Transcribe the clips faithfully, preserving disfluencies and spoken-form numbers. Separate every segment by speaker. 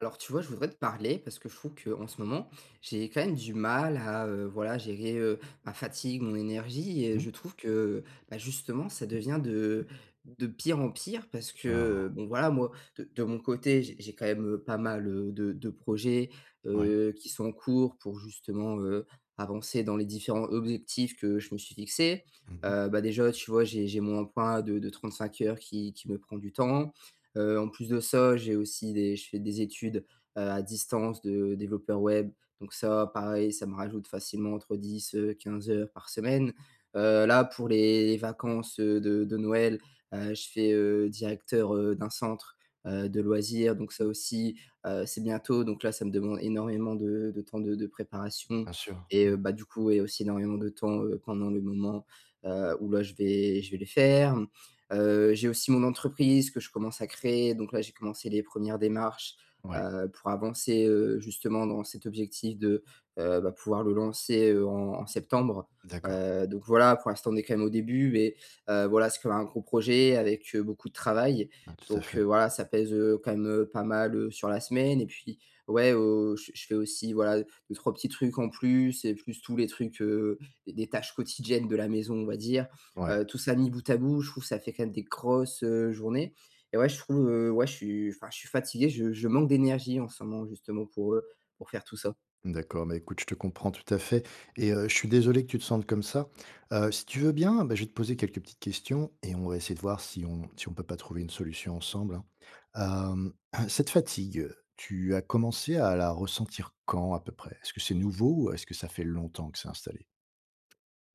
Speaker 1: Alors tu vois, je voudrais te parler parce que je trouve qu'en ce moment, j'ai quand même du mal à heu, voilà, gérer, heu, ma fatigue, mon énergie et
Speaker 2: Mmh.
Speaker 1: je trouve que, bah, justement, ça devient de de pire en pire parce que,
Speaker 2: Alors,
Speaker 1: bon, voilà, moi, de de mon côté, j'ai j'ai quand même, heu, pas mal, heu, de de projets,
Speaker 2: ouais.
Speaker 1: heu, qui sont en cours pour justement, heu, avancer dans les différents objectifs que je me suis fixés.
Speaker 2: Mmh mh.
Speaker 1: Heu, bah, déjà, tu vois, j'ai j'ai mon emploi de de trente-cinq heures qui qui me prend du temps. Heu, en plus de ça, j'ai aussi des je fais des études, heu, à distance de développeur web. Donc ça, pareil, ça me rajoute facilement entre dix, heu, quinze heures par semaine. Heu, là, pour les vacances, heu, de de Noël, heu, je fais, heu, directeur, heu, d'un centre, heu, de loisirs. Donc ça aussi, heu, c'est bientôt. Donc là, ça me demande énormément de de temps de de préparation
Speaker 2: Bien sûr.
Speaker 1: et
Speaker 2: Mmh.
Speaker 1: heu, bah, du coup et aussi énormément de temps, heu, pendant le moment, heu, où là, je vais je vais les faire. Heu, j'ai aussi mon entreprise que je commence à créer, donc là, j'ai commencé les premières démarches,
Speaker 2: Ouais,
Speaker 1: heu, pour avancer, heu, justement dans cet objectif de, heu, bah, pouvoir le lancer, heu, en en septembre.
Speaker 2: d'accord.
Speaker 1: Heu, donc voilà, pour l'instant, on est quand même au début, mais, heu, voilà, c'est quand même un gros projet avec, heu, beaucoup de travail.
Speaker 2: Ouais, tout à
Speaker 1: Donc,
Speaker 2: fait.
Speaker 1: heu, voilà, ça pèse, heu, quand même, heu, pas mal, heu, sur la semaine et puis ouais, heu, je je fais aussi, voilà, deux trois petits trucs en plus et plus tous les trucs, heu, des des tâches quotidiennes de la maison, on va dire
Speaker 2: Ouais,
Speaker 1: heu, tout ça mis bout à bout, je trouve que ça fait quand même des grosses, heu, journées et ouais, je trouve, heu, ouais, je suis enfin, je suis fatigué, je je manque d'énergie en ce moment justement pour, heu, pour faire tout ça.
Speaker 2: d'accord. Bah, écoute, je te comprends tout à fait et heu, je suis désolé que tu te sentes comme ça. Heu, si tu veux bien, bah, je vais te poser quelques petites questions et on va essayer de voir si on si on peut pas trouver une solution ensemble, hein. Hem, cette fatigue, tu as commencé à la ressentir quand à peu près? Est-ce que c'est nouveau ou est-ce que ça fait longtemps que c'est installé?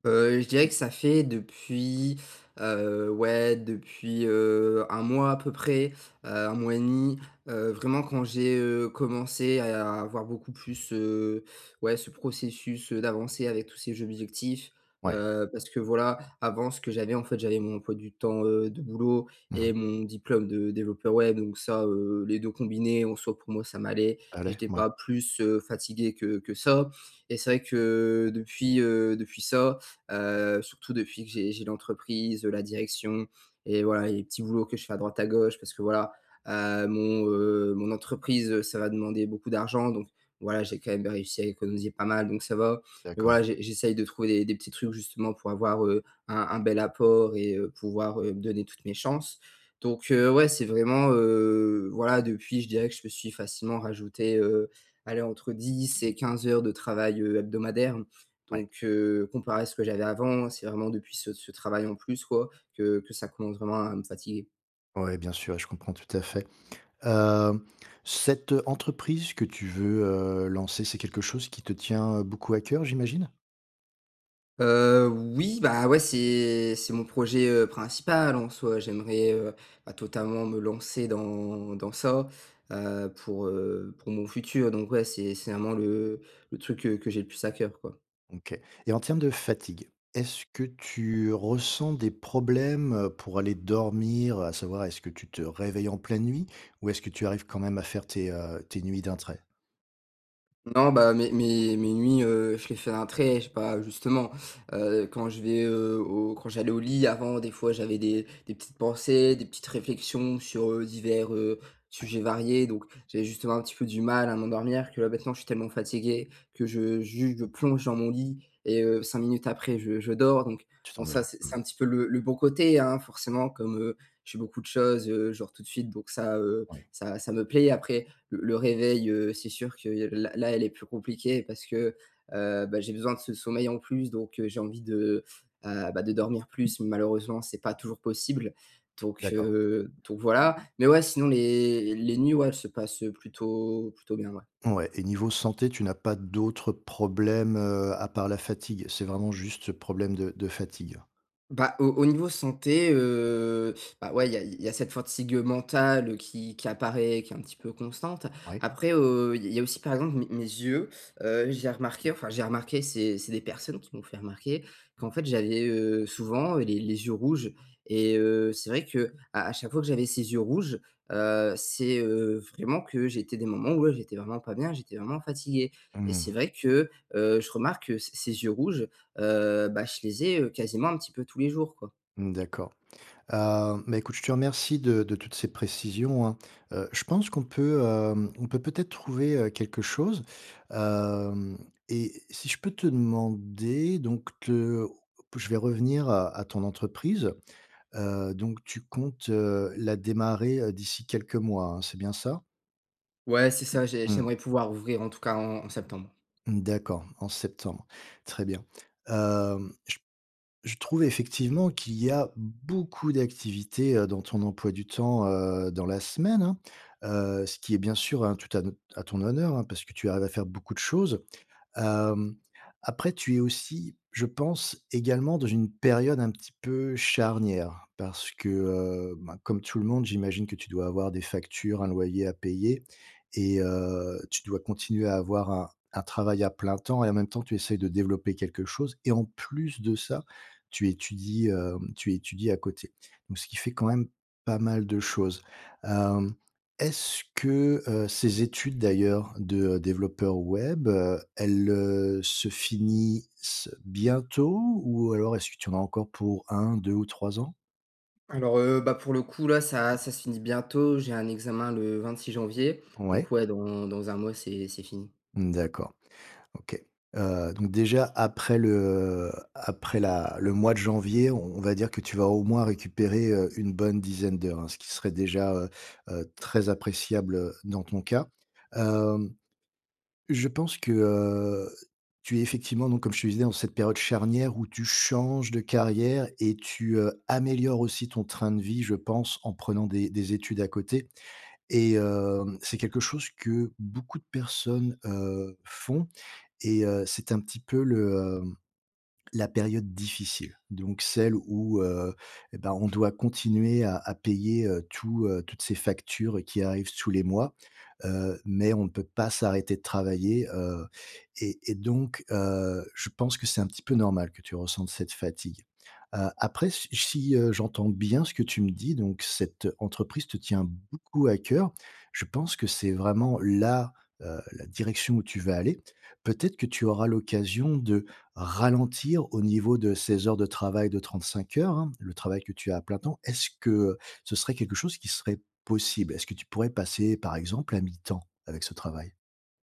Speaker 1: Heu, je dirais que ça fait depuis, heu, ouais, depuis, heu, un mois à peu près, heu, un mois et demi, heu, vraiment quand j'ai, heu, commencé à avoir beaucoup plus, heu, ouais, ce processus, heu, d'avancer avec tous ces jeux objectifs.
Speaker 2: Ouais.
Speaker 1: Heu, parce que voilà, avant ce que j'avais, en fait, j'avais mon emploi du temps, heu, de boulot
Speaker 2: Mmh
Speaker 1: et
Speaker 2: mh.
Speaker 1: mon diplôme de développeur web donc ça, heu, les deux combinés en soi pour moi ça m'allait
Speaker 2: Ça
Speaker 1: et
Speaker 2: l'est?
Speaker 1: j'étais
Speaker 2: Mouais,
Speaker 1: pas plus, heu, fatigué que que ça et c'est vrai que depuis, heu, depuis ça, Heu, surtout depuis que j'ai j'ai l'entreprise, la direction et voilà, et les petits boulots que je fais à droite à gauche parce que voilà, heu, mon, heu, mon entreprise, euh, ça va demander beaucoup d'argent donc voilà, j'ai quand même réussi à économiser pas mal donc ça va. Mais
Speaker 2: d'accord.
Speaker 1: voilà, j'e j'essaye de trouver des des petits trucs justement pour avoir, heu, un un bel apport et heu, pouvoir, heu, me donner toutes mes chances. Donc heu, ouais, c'est vraiment, heu, voilà, depuis, je dirais que je me suis facilement rajouté, heu, allez, entre dix et quinze heures de travail, heu, hebdomadaire.
Speaker 2: Ouais.
Speaker 1: Donc heu, comparé à ce que j'avais avant, c'est vraiment depuis ce ce travail en plus quoi, que que ça commence vraiment à me fatiguer.
Speaker 2: Ouais, bien sûr, je comprends tout à fait. Heu, cette entreprise que tu veux, heu, lancer, c'est quelque chose qui te tient, euh, beaucoup à cœur, j'imagine?
Speaker 1: Heu, oui, bah, ouais, c'est c'est mon projet, heu, principal en soi. J'aimerais, heu, bah, totalement me lancer dans dans ça, heu, pour, heu, pour mon futur. Donc ouais, c'est c'est vraiment le le truc, heu, que j'ai le plus à cœur, quoi.
Speaker 2: OK. Et en termes de fatigue, est-ce que tu ressens des problèmes, heu, pour aller dormir? À savoir, est-ce que tu te réveilles en pleine nuit ou est-ce que tu arrives quand même à faire tes, heu, tes nuits d'un trait?
Speaker 1: Non, bah, mes mes mes nuits, heu, je les fais d'un trait, je sais pas, justement, heu, quand je vais, heu, au quand j'allais au lit avant, des fois, j'avais des des petites pensées, des petites réflexions sur, heu, divers, heu,
Speaker 2: Ouais,
Speaker 1: sujets variés, donc j'avais justement un petit peu du mal à m'endormir que là, maintenant, je suis tellement fatigué que je juste je plonge dans mon lit et heu, cinq minutes après, je je dors, donc
Speaker 2: tu
Speaker 1: bon, ça,
Speaker 2: t'endors.
Speaker 1: c'est
Speaker 2: Mmh,
Speaker 1: c'est un petit peu le le bon côté, hein, forcément, comme, heu, je fais beaucoup de choses, heu, je tout de suite, donc ça, heu,
Speaker 2: oui,
Speaker 1: ça ça me plaît. Après, le, le réveil, heu, c'est sûr que là là, elle est plus compliquée parce que, heu, bah, j'ai besoin de ce sommeil en plus, donc heu, j'ai envie de, heu, bah, de dormir plus. mais Malheureusement, c'est pas toujours possible, donc
Speaker 2: d'accord.
Speaker 1: heu, donc voilà. Mais ouais, sinon les les nuits, ouais, elles se passent, plutôt plutôt bien, ouais.
Speaker 2: Ouais et niveau santé, tu n'as pas d'autres problèmes, heu, à part la fatigue? C'est vraiment juste ce problème de de fatigue?
Speaker 1: Bah, au au niveau santé, heu, bah, ouais, il y a il y a cette fatigue mentale qui qui apparaît, qui est un petit peu constante.
Speaker 2: Oui?
Speaker 1: Après, heu, il y a aussi, par exemple, mes mes yeux, heu, j'ai remarqué, enfin, j'ai remarqué, c'est c'est des personnes qui m'ont fait remarquer qu'en fait, j'avais, heu, souvent euh, les les yeux rouges et heu, c'est vrai que à à chaque fois que j'avais ces yeux rouges, heu, c'est, heu, vraiment que j'étais des moments où, ouais, j'étais vraiment pas bien, j'étais vraiment fatigué et
Speaker 2: Mmh,
Speaker 1: c'est vrai que, heu, je remarque que c ces yeux rouges, Heu, bah, je les ai, heu, quasiment un petit peu tous les jours, quoi.
Speaker 2: d'accord. Heu, bah, écoute, je te remercie de de toutes ces précisions, hein. Heu, je pense qu'on peut, hem, on peut peut-être trouver, heu, quelque chose. Hem Et si je peux te demander, donc te je vais revenir à à ton entreprise. Heu, donc tu comptes, heu, la démarrer, heu, d'ici quelques mois, hein, c'est bien ça?
Speaker 1: Ouais, c'est ça, j'ai
Speaker 2: Mmh.
Speaker 1: j'aimerais pouvoir ouvrir en tout cas en en septembre.
Speaker 2: D'accord, en septembre. Très bien. Hem, Je trouve effectivement qu'il y a beaucoup d'activités, heu, dans ton emploi du temps, heu, dans la semaine, hein. Heu, ce qui est bien sûr, hein, tout à no à ton honneur, hein, parce que tu arrives à faire beaucoup de choses. Hem, après tu es aussi, je pense, également dans une période un petit peu charnière parce que, heu, ben, comme tout le monde, j'imagine que tu dois avoir des factures, un loyer à payer et heu, tu dois continuer à avoir un un travail à plein temps et en même temps tu essayes de développer quelque chose et en plus de ça, tu étudies, hem, tu étudies à côté. Donc ce qui fait quand même pas mal de choses. Hem Est-ce que, heu, ces études d'ailleurs de, heu, développeur web, heu, elles, heu, se finissent bientôt ou alors est-ce que tu en as encore pour un, deux ou trois ans?
Speaker 1: Alors, heu, bah, pour le coup là, ça ça se finit bientôt. J'ai un examen le vingt-six janvier, donc
Speaker 2: Ouais,
Speaker 1: ouais, dans dans un mois, c'est c'est fini.
Speaker 2: d'accord, OK. Heu, donc déjà après le après la le mois de janvier, on on va dire que tu vas au moins récupérer, heu, une bonne dizaine d'heures, hein, ce qui serait déjà, heu heu, très appréciable, heu, dans ton cas. Hem Je pense que, heu, tu es effectivement donc comme je te disais dans cette période charnière où tu changes de carrière et tu, heu, améliores aussi ton train de vie, je pense, en prenant des des études à côté et hem, c'est quelque chose que beaucoup de personnes, heu, font et heu, c'est un petit peu le, la période difficile, donc celle où, heu, et ben, on doit continuer à à payer, heu, tout, heu, toutes ces factures qui arrivent tous les mois, heu, mais on ne peut pas s'arrêter de travailler, heu et et donc heu, je pense que c'est un petit peu normal que tu ressentes cette fatigue. Heu, après si si, heu, j'entends bien ce que tu me dis, donc cette entreprise te tient beaucoup à cœur. Je pense que c'est vraiment là, heu, la direction où tu vas aller. Peut-être que tu auras l'occasion de ralentir au niveau de ces heures de travail de trente-cinq heures, hein, le travail que tu as à plein temps, est-ce que ce serait quelque chose qui serait possible? Est-ce que tu pourrais passer, par exemple, à mi-temps avec ce travail?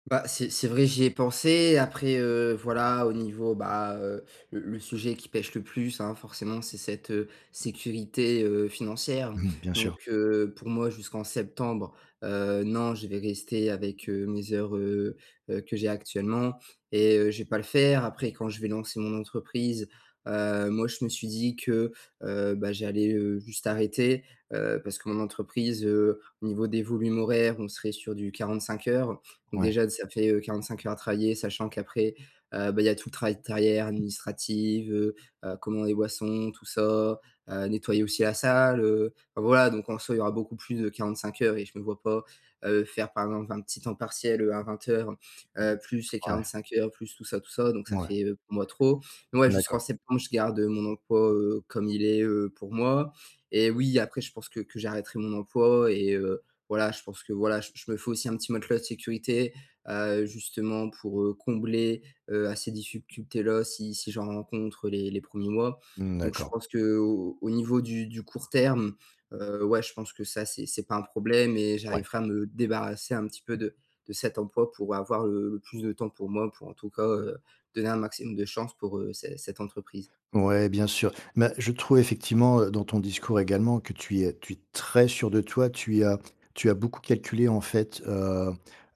Speaker 1: Bah, c'est c'est vrai, j'y ai pensé. Après, heu, voilà, au niveau, bah, heu, le le sujet qui pèche le plus, hein, forcément, c'est cette, heu, sécurité, heu, financière.
Speaker 2: Mmh, bien
Speaker 1: Donc,
Speaker 2: sûr.
Speaker 1: heu, pour moi, jusqu'en septembre, heu, non, je vais rester avec, heu, mes heures, heu heu, que j'ai actuellement et heu, je vais pas le faire. Après, quand je vais lancer mon entreprise, heu, moi, je me suis dit que, heu, bah, j'allais, heu, juste arrêter, heu, parce que mon entreprise, heu, au niveau des volumes horaires, on serait sur du quarante-cinq heures. Donc
Speaker 2: Ouais,
Speaker 1: déjà, ça fait, heu, quarante-cinq heures à travailler, sachant qu'après, heu, bah, il y a tout le travail de derrière, administratif, heu heu, commander les boissons, tout ça, heu, nettoyer aussi la salle, heu, enfin voilà, donc en soi, il y aura beaucoup plus de quarante-cinq heures et je ne me vois pas, heu, faire par exemple un petit temps partiel, heu, à vingt heures, heu, plus les
Speaker 2: ouais,
Speaker 1: quarante-cinq heures, plus tout ça, tout ça, donc ça
Speaker 2: ouais.
Speaker 1: fait, heu, pour moi trop. Mais ouais, jusqu'en
Speaker 2: D'accord,
Speaker 1: septembre, je garde, mon emploi, heu, comme il est, heu, pour moi et oui, après je pense que que j'arrêterai mon emploi et heu voilà, je pense que voilà, je, je me fais aussi un petit matelas de sécurité, heu, justement pour, heu, combler, heu, à ces difficultés-là si si j'en rencontre les les premiers mois.
Speaker 2: mmh,
Speaker 1: Donc je
Speaker 2: d'accord.
Speaker 1: pense que au au niveau du du court terme, heu, ouais, je pense que ça, c'est c'est pas un problème et
Speaker 2: Ouais.
Speaker 1: j'arriverai à me débarrasser un petit peu de de cet emploi pour avoir le le plus de temps pour moi, pour en tout cas, heu, donner un maximum de chance pour, heu, ce cette entreprise.
Speaker 2: Ouais, bien sûr. Mais je trouve effectivement, heu, dans ton discours également que tu es tu es très sûr de toi. Tu as tu as beaucoup calculé en fait, heu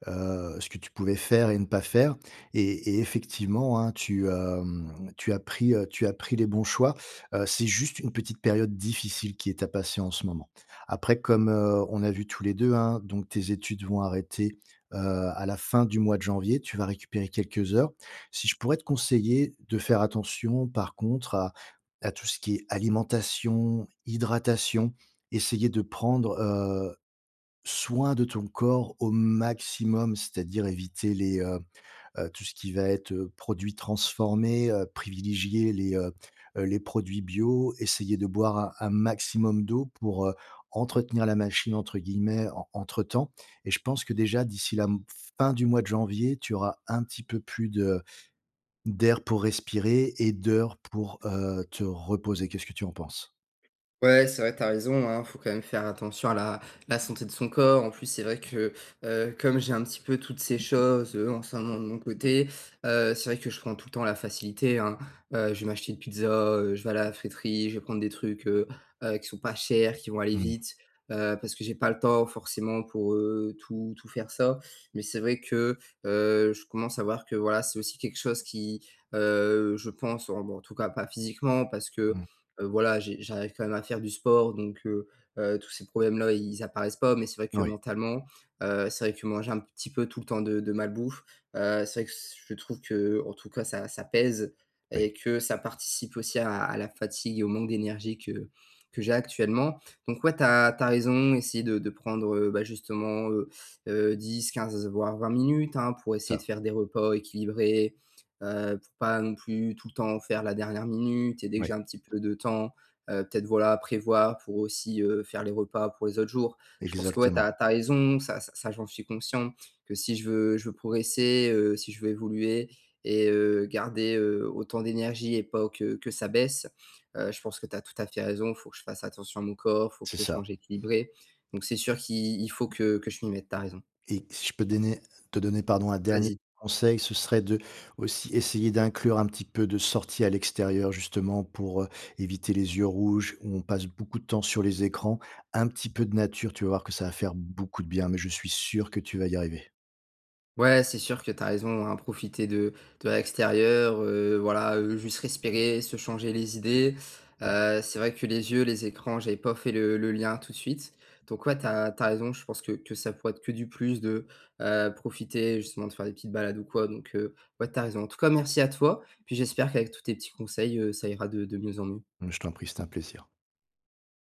Speaker 2: heu, ce que tu pouvais faire et ne pas faire et et effectivement, hein, tu, hem, tu as pris, heu, tu as pris les bons choix. Heu, c'est juste une petite période difficile qui est à passer en ce moment. Après comme, heu, on a vu tous les deux, hein, donc tes études vont arrêter, heu, à la fin du mois de janvier. Tu vas récupérer quelques heures. Si je pourrais te conseiller de faire attention, par contre, à à tout ce qui est alimentation, hydratation, essayer de prendre, heu, soin de ton corps au maximum, c'est-à-dire éviter les, heu heu, tout ce qui va être, heu, produits transformés, heu, privilégier les, heu heu, les produits bio, essayer de boire un un maximum d'eau pour, heu, «entretenir la machine» entre guillemets en entre temps et je pense que déjà d'ici la m fin du mois de janvier, tu auras un petit peu plus de d'air pour respirer et d'heures pour, heu, te reposer. Qu'est-ce que tu en penses?
Speaker 1: Ouais, c'est vrai, t'as raison, hein, faut quand même faire attention à la la santé de son corps. En plus, c'est vrai que, heu, comme j'ai un petit peu toutes ces choses, heu, en ce moment de mon côté, heu, c'est vrai que je prends tout le temps la facilité, hein. Heu, je vais m'acheter une pizza, heu, je vais à la friterie, je vais prendre des trucs, heu heu, qui sont pas chers, qui vont aller
Speaker 2: Mmh,
Speaker 1: vite, heu, parce que j'ai pas le temps forcément pour, heu, tout tout faire ça. Mais c'est vrai que, heu, je commence à voir que, voilà, c'est aussi quelque chose qui, heu, je pense en bon, en tout cas pas physiquement parce que,
Speaker 2: mmh.
Speaker 1: Heu, voilà, j'ai j'arrive quand même à faire du sport donc heu heu, tous ces problèmes-là, ils apparaissent pas mais c'est vrai que
Speaker 2: Oui,
Speaker 1: mentalement, heu, c'est vrai que manger un petit peu tout le temps de de malbouffe, heu, c'est vrai que je trouve que en tout cas ça ça pèse
Speaker 2: oui,
Speaker 1: et que ça participe aussi à à la fatigue et au manque d'énergie que que j'ai actuellement. Donc ouais, t'as as raison, essayer de de prendre, heu, bah, justement, heu heu, dix quinze voire vingt minutes, hein, pour essayer de
Speaker 2: ça,
Speaker 1: faire des repas équilibrés, heu, pour pas non plus tout le temps faire la dernière minute et dès que
Speaker 2: oui,
Speaker 1: j'ai un petit peu de temps, heu, peut-être voilà, prévoir pour aussi, heu, faire les repas pour les autres jours. Je pense que ouais, tu
Speaker 2: exactement,
Speaker 1: as raison, ça ça ça j'en suis conscient que si je veux je veux progresser, heu, si je veux évoluer et heu, garder, heu, autant d'énergie et pas que que ça baisse, heu, je pense que tu as tout à fait raison. il Faut que je fasse attention à mon corps, il faut
Speaker 2: c'est
Speaker 1: que je
Speaker 2: ça.
Speaker 1: mange équilibré. Donc c'est sûr qu'il il faut que que je m'y mette, t'as raison.
Speaker 2: Et si je peux donner te donner, pardon, un dernier
Speaker 1: Vas-y.
Speaker 2: conseil, ce serait de aussi essayer d'inclure un petit peu de sortie à l'extérieur justement pour, heu, éviter les yeux rouges où on passe beaucoup de temps sur les écrans. Un petit peu de nature, tu vas voir que ça va faire beaucoup de bien, mais je suis sûr que tu vas y arriver.
Speaker 1: Ouais, c'est sûr que tu as raison, hein, profiter de de l'extérieur, heu, voilà, heu, juste respirer, se changer les idées.
Speaker 2: Ça,
Speaker 1: Heu, c'est vrai que les yeux, les écrans, j'avais pas fait le le lien tout de suite. Donc ouais, tu as raison, je pense que que ça pourrait être que du plus de, heu, profiter justement de faire des petites balades ou quoi. Donc heu, ouais, tu as raison. En tout cas, merci à toi, puis j'espère qu'avec tous tes petits conseils, heu, ça ira de de mieux en mieux.
Speaker 2: je t'en prie, c'est un plaisir.